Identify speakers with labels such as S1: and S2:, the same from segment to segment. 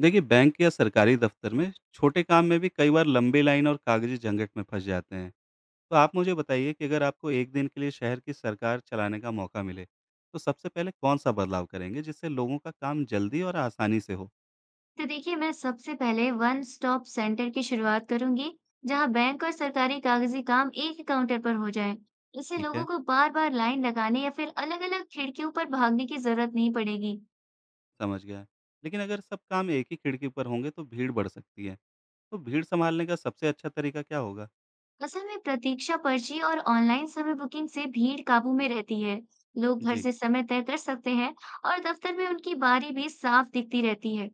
S1: देखिए, बैंक या सरकारी दफ्तर में छोटे काम में भी कई बार लंबी लाइन और कागजी झंझट में फंस जाते हैं। तो आप मुझे बताइए कि अगर आपको एक दिन के लिए शहर की सरकार चलाने का मौका मिले, तो सबसे पहले कौन सा बदलाव करेंगे जिससे लोगों का काम जल्दी और आसानी से हो।
S2: तो देखिए, मैं सबसे पहले वन स्टॉप सेंटर की शुरुआत करूंगी जहां बैंक और सरकारी कागजी काम एक ही काउंटर पर हो जाए। इससे
S1: ठीक
S2: लोगों
S1: है,
S2: को बार बार लाइन लगाने या फिर अलग अलग खिड़कियों पर भागने की जरूरत नहीं पड़ेगी।
S1: समझ गया। लेकिन अगर सब काम एक ही खिड़की पर होंगे तो भीड़ बढ़ सकती है। तो भीड़ संभालने का सबसे अच्छा तरीका क्या होगा?
S2: असल में प्रतीक्षा पर्ची और ऑनलाइन समय बुकिंग से भीड़ काबू में रहती है। लोग घर
S1: जी।
S2: से समय तय कर सकते हैं और दफ्तर में उनकी बारी भी साफ दिखती रहती है।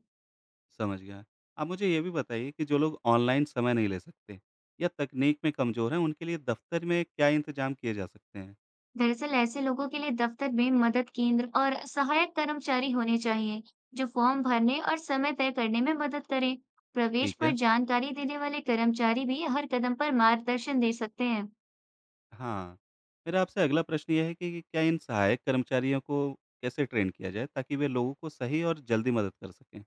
S1: समझ गया। आप मुझे ये भी बताइए कि जो लोग ऑनलाइन समय नहीं ले सकते या तकनीक में कमज़ोर हैं, उनके लिए दफ़्तर में क्या इंतज़ाम किए जा सकते हैं?
S2: दरअसल ऐसे लोगों के लिए दफ्तर में मदद केंद्र और सहायक कर्मचारी होने चाहिए जो फॉर्म भरने और समय तय करने में मदद करें। प्रवेश
S1: ठीक
S2: पर
S1: है।
S2: जानकारी देने वाले कर्मचारी भी हर कदम पर मार्गदर्शन दे सकते हैं।
S1: हाँ, मेरा आपसे अगला प्रश्न ये है कि क्या इन सहायक कर्मचारियों को कैसे ट्रेन किया जाए ताकि वे लोगों को सही और जल्दी मदद कर सकें?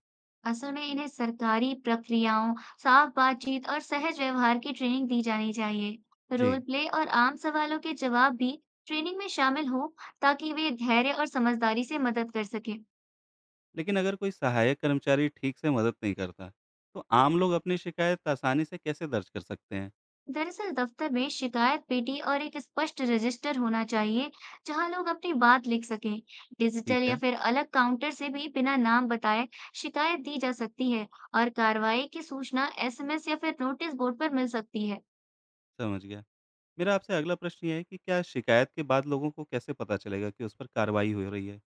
S2: असल में इन्हें सरकारी प्रक्रियाओं, साफ बातचीत और सहज व्यवहार की ट्रेनिंग दी जानी चाहिए।
S1: जी।
S2: रोल प्ले और आम सवालों के जवाब भी ट्रेनिंग में शामिल हो ताकि वे धैर्य और समझदारी से मदद कर सकें।
S1: लेकिन अगर कोई सहायक कर्मचारी ठीक से मदद नहीं करता, तो आम लोग अपनी शिकायत आसानी से कैसे दर्ज कर सकते हैं?
S2: दरअसल दफ्तर में शिकायत पेटी और एक स्पष्ट रजिस्टर होना चाहिए जहां लोग अपनी बात लिख सकें।
S1: ठीक
S2: डिजिटल या
S1: है,
S2: फिर अलग काउंटर से भी बिना नाम बताए शिकायत दी जा सकती है, और कार्रवाई की सूचना एसएमएस या फिर नोटिस बोर्ड पर मिल सकती है।
S1: समझ गया। मेरा आपसे अगला प्रश्न ये है कि क्या शिकायत के बाद लोगों को कैसे पता चलेगा कि उस पर कार्रवाई हो रही है?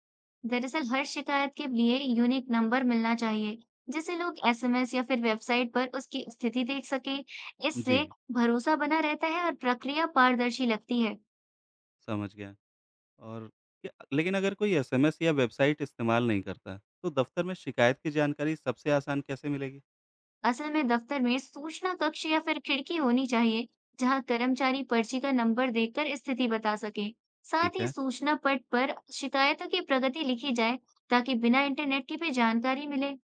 S2: दरअसल हर शिकायत के लिए यूनिक नंबर मिलना चाहिए जिसे लोग एसएमएस या फिर वेबसाइट पर उसकी स्थिति देख सकें। इससे
S1: जी,
S2: भरोसा बना रहता है और प्रक्रिया पारदर्शी लगती है।
S1: समझ गया। और क्या लेकिन अगर कोई एसएमएस या वेबसाइट इस्तेमाल नहीं करता, तो दफ़्तर में शिकायत की जानकारी सबसे आसान कैसे मिलेगी?
S2: असल में दफ्तर में सूचना कक्ष या फिर खिड़की होनी चाहिए जहां कर्मचारी पर्ची का नंबर देखकर स्थिति बता सके। साथ
S1: ठीक
S2: ही
S1: है,
S2: सूचना पट पर शिकायतों की प्रगति लिखी जाए ताकि बिना इंटरनेट की भी जानकारी मिले।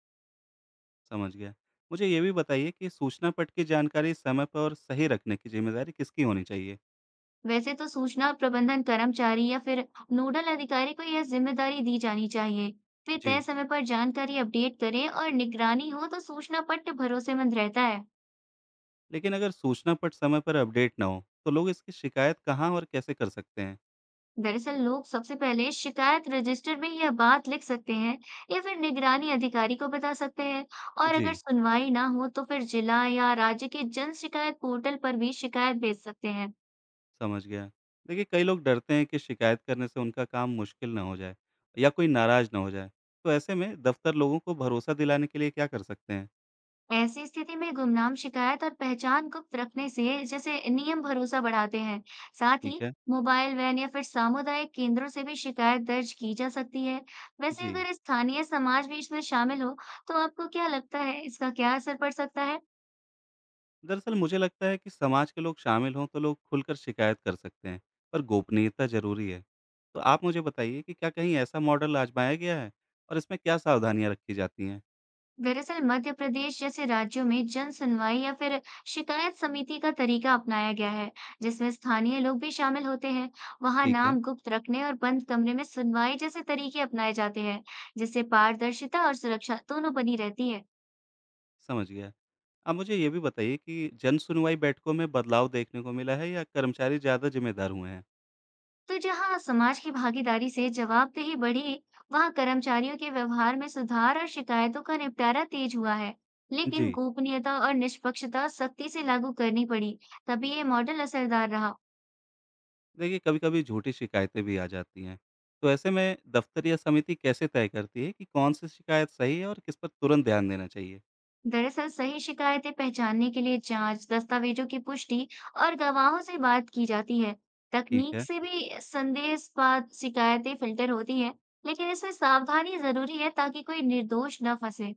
S1: समझ गया। मुझे ये भी बताइए कि सूचना पट की जानकारी समय पर और सही रखने की ज़िम्मेदारी किसकी होनी चाहिए?
S2: वैसे तो सूचना प्रबंधन कर्मचारी या फिर नोडल अधिकारी को यह जिम्मेदारी दी जानी चाहिए। वे तय
S1: जी।
S2: समय पर जानकारी अपडेट करें और निगरानी हो तो सूचना पट भरोसेमंद रहता है।
S1: लेकिन अगर सूचना पट समय पर अपडेट ना हो, तो लोग इसकी शिकायत कहाँ और कैसे कर सकते हैं?
S2: दरअसल लोग सबसे पहले शिकायत रजिस्टर में यह बात लिख सकते हैं या फिर निगरानी अधिकारी को बता सकते हैं, और अगर
S1: जी,
S2: सुनवाई ना हो तो फिर जिला या राज्य के जन शिकायत पोर्टल पर भी शिकायत भेज सकते हैं।
S1: समझ गया। देखिए, कई लोग डरते हैं कि शिकायत करने से उनका काम मुश्किल ना हो जाए या कोई नाराज़ ना हो जाए। तो ऐसे में दफ़्तर लोगों को भरोसा दिलाने के लिए क्या कर सकते हैं?
S2: ऐसी स्थिति में गुमनाम शिकायत और पहचान गुप्त रखने से जैसे नियम भरोसा बढ़ाते हैं। साथ
S1: ठीक
S2: ही
S1: है।
S2: मोबाइल वैन या फिर सामुदायिक केंद्रों से भी शिकायत दर्ज की जा सकती है। वैसे
S1: जी।
S2: अगर स्थानीय समाज भी इसमें शामिल हो, तो आपको क्या लगता है इसका क्या असर पड़ सकता है?
S1: दरअसल मुझे लगता है कि समाज के लोग शामिल हों तो लोग खुलकर शिकायत कर सकते हैं, पर गोपनीयता ज़रूरी है। तो आप मुझे बताइए कि क्या कहीं ऐसा मॉडल आज़माया गया है और इसमें क्या सावधानियाँ रखी जाती हैं?
S2: दरअसल मध्य प्रदेश जैसे राज्यों में जन सुनवाई या फिर शिकायत समिति का तरीका अपनाया गया है, जिसमें स्थानीय लोग भी शामिल होते हैं। वहां
S1: ठीक है,
S2: नाम गुप्त रखने और बंद कमरे में सुनवाई जैसे तरीके अपनाए जाते हैं, जिससे पारदर्शिता और सुरक्षा दोनों बनी रहती है।
S1: समझ गया। आप मुझे ये भी बताइए कि जन सुनवाई बैठकों में बदलाव देखने को मिला है या कर्मचारी ज़्यादा ज़िम्मेदार हुए हैं?
S2: तो जहां समाज की भागीदारी से जवाबदेही बढ़ी, वहां कर्मचारियों के व्यवहार में सुधार और शिकायतों का निपटारा तेज हुआ है। लेकिन
S1: जी।
S2: गोपनीयता और निष्पक्षता सख्ती से लागू करनी पड़ी, तभी ये मॉडल असरदार रहा।
S1: देखिए, कभी-कभी झूठी शिकायतें भी आ जाती हैं। तो ऐसे में दफ्तर या समिति कैसे तय करती है कि कौन-सी शिकायत सही है और किस पर तुरंत ध्यान देना चाहिए?
S2: दरअसल सही शिकायतें पहचानने के लिए जांच, दस्तावेजों की पुष्टि और गवाहों से बात की जाती है।
S1: ठीक
S2: तकनीक
S1: है।
S2: से भी संदेहास्पद शिकायतें फिल्टर होती हैं, लेकिन इसमें सावधानी जरूरी है ताकि कोई निर्दोष न फंसे।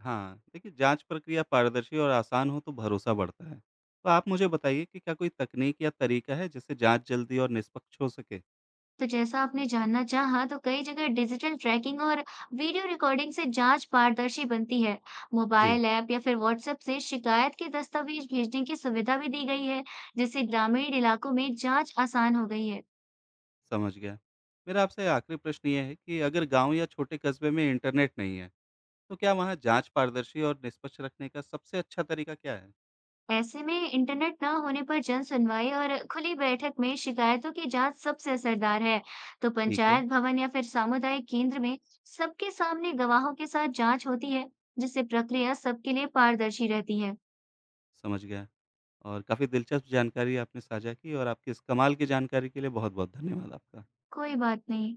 S1: हाँ, देखिए, जाँच प्रक्रिया पारदर्शी और आसान हो तो भरोसा बढ़ता है। तो आप मुझे बताइए कि क्या कोई तकनीक या तरीका है जिससे जाँच जल्दी और निष्पक्ष हो सके?
S2: तो जैसा आपने जानना चाहा, तो कई जगह डिजिटल ट्रैकिंग और वीडियो रिकॉर्डिंग से जांच पारदर्शी बनती है।
S1: जी,
S2: मोबाइल ऐप या फिर व्हाट्सएप से शिकायत के दस्तावेज भेजने की सुविधा भी दी गई है, जिससे ग्रामीण इलाकों में जांच आसान हो गई है।
S1: समझ गया। मेरा आपसे आखिरी प्रश्न ये है कि अगर गाँव या छोटे कस्बे में इंटरनेट नहीं है, तो क्या वहाँ जाँच पारदर्शी और निष्पक्ष रखने का सबसे अच्छा तरीका क्या है?
S2: ऐसे में इंटरनेट ना होने पर जन सुनवाई और खुली बैठक में शिकायतों की जांच सबसे असरदार है। तो
S1: ठीक है,
S2: पंचायत भवन या फिर सामुदायिक केंद्र में सबके सामने गवाहों के साथ जांच होती है जिससे प्रक्रिया सबके लिए पारदर्शी रहती है।
S1: समझ गया। और काफ़ी दिलचस्प जानकारी आपने साझा की और आपकी इस कमाल की जानकारी के लिए बहुत-बहुत धन्यवाद आपका।
S2: कोई बात नहीं।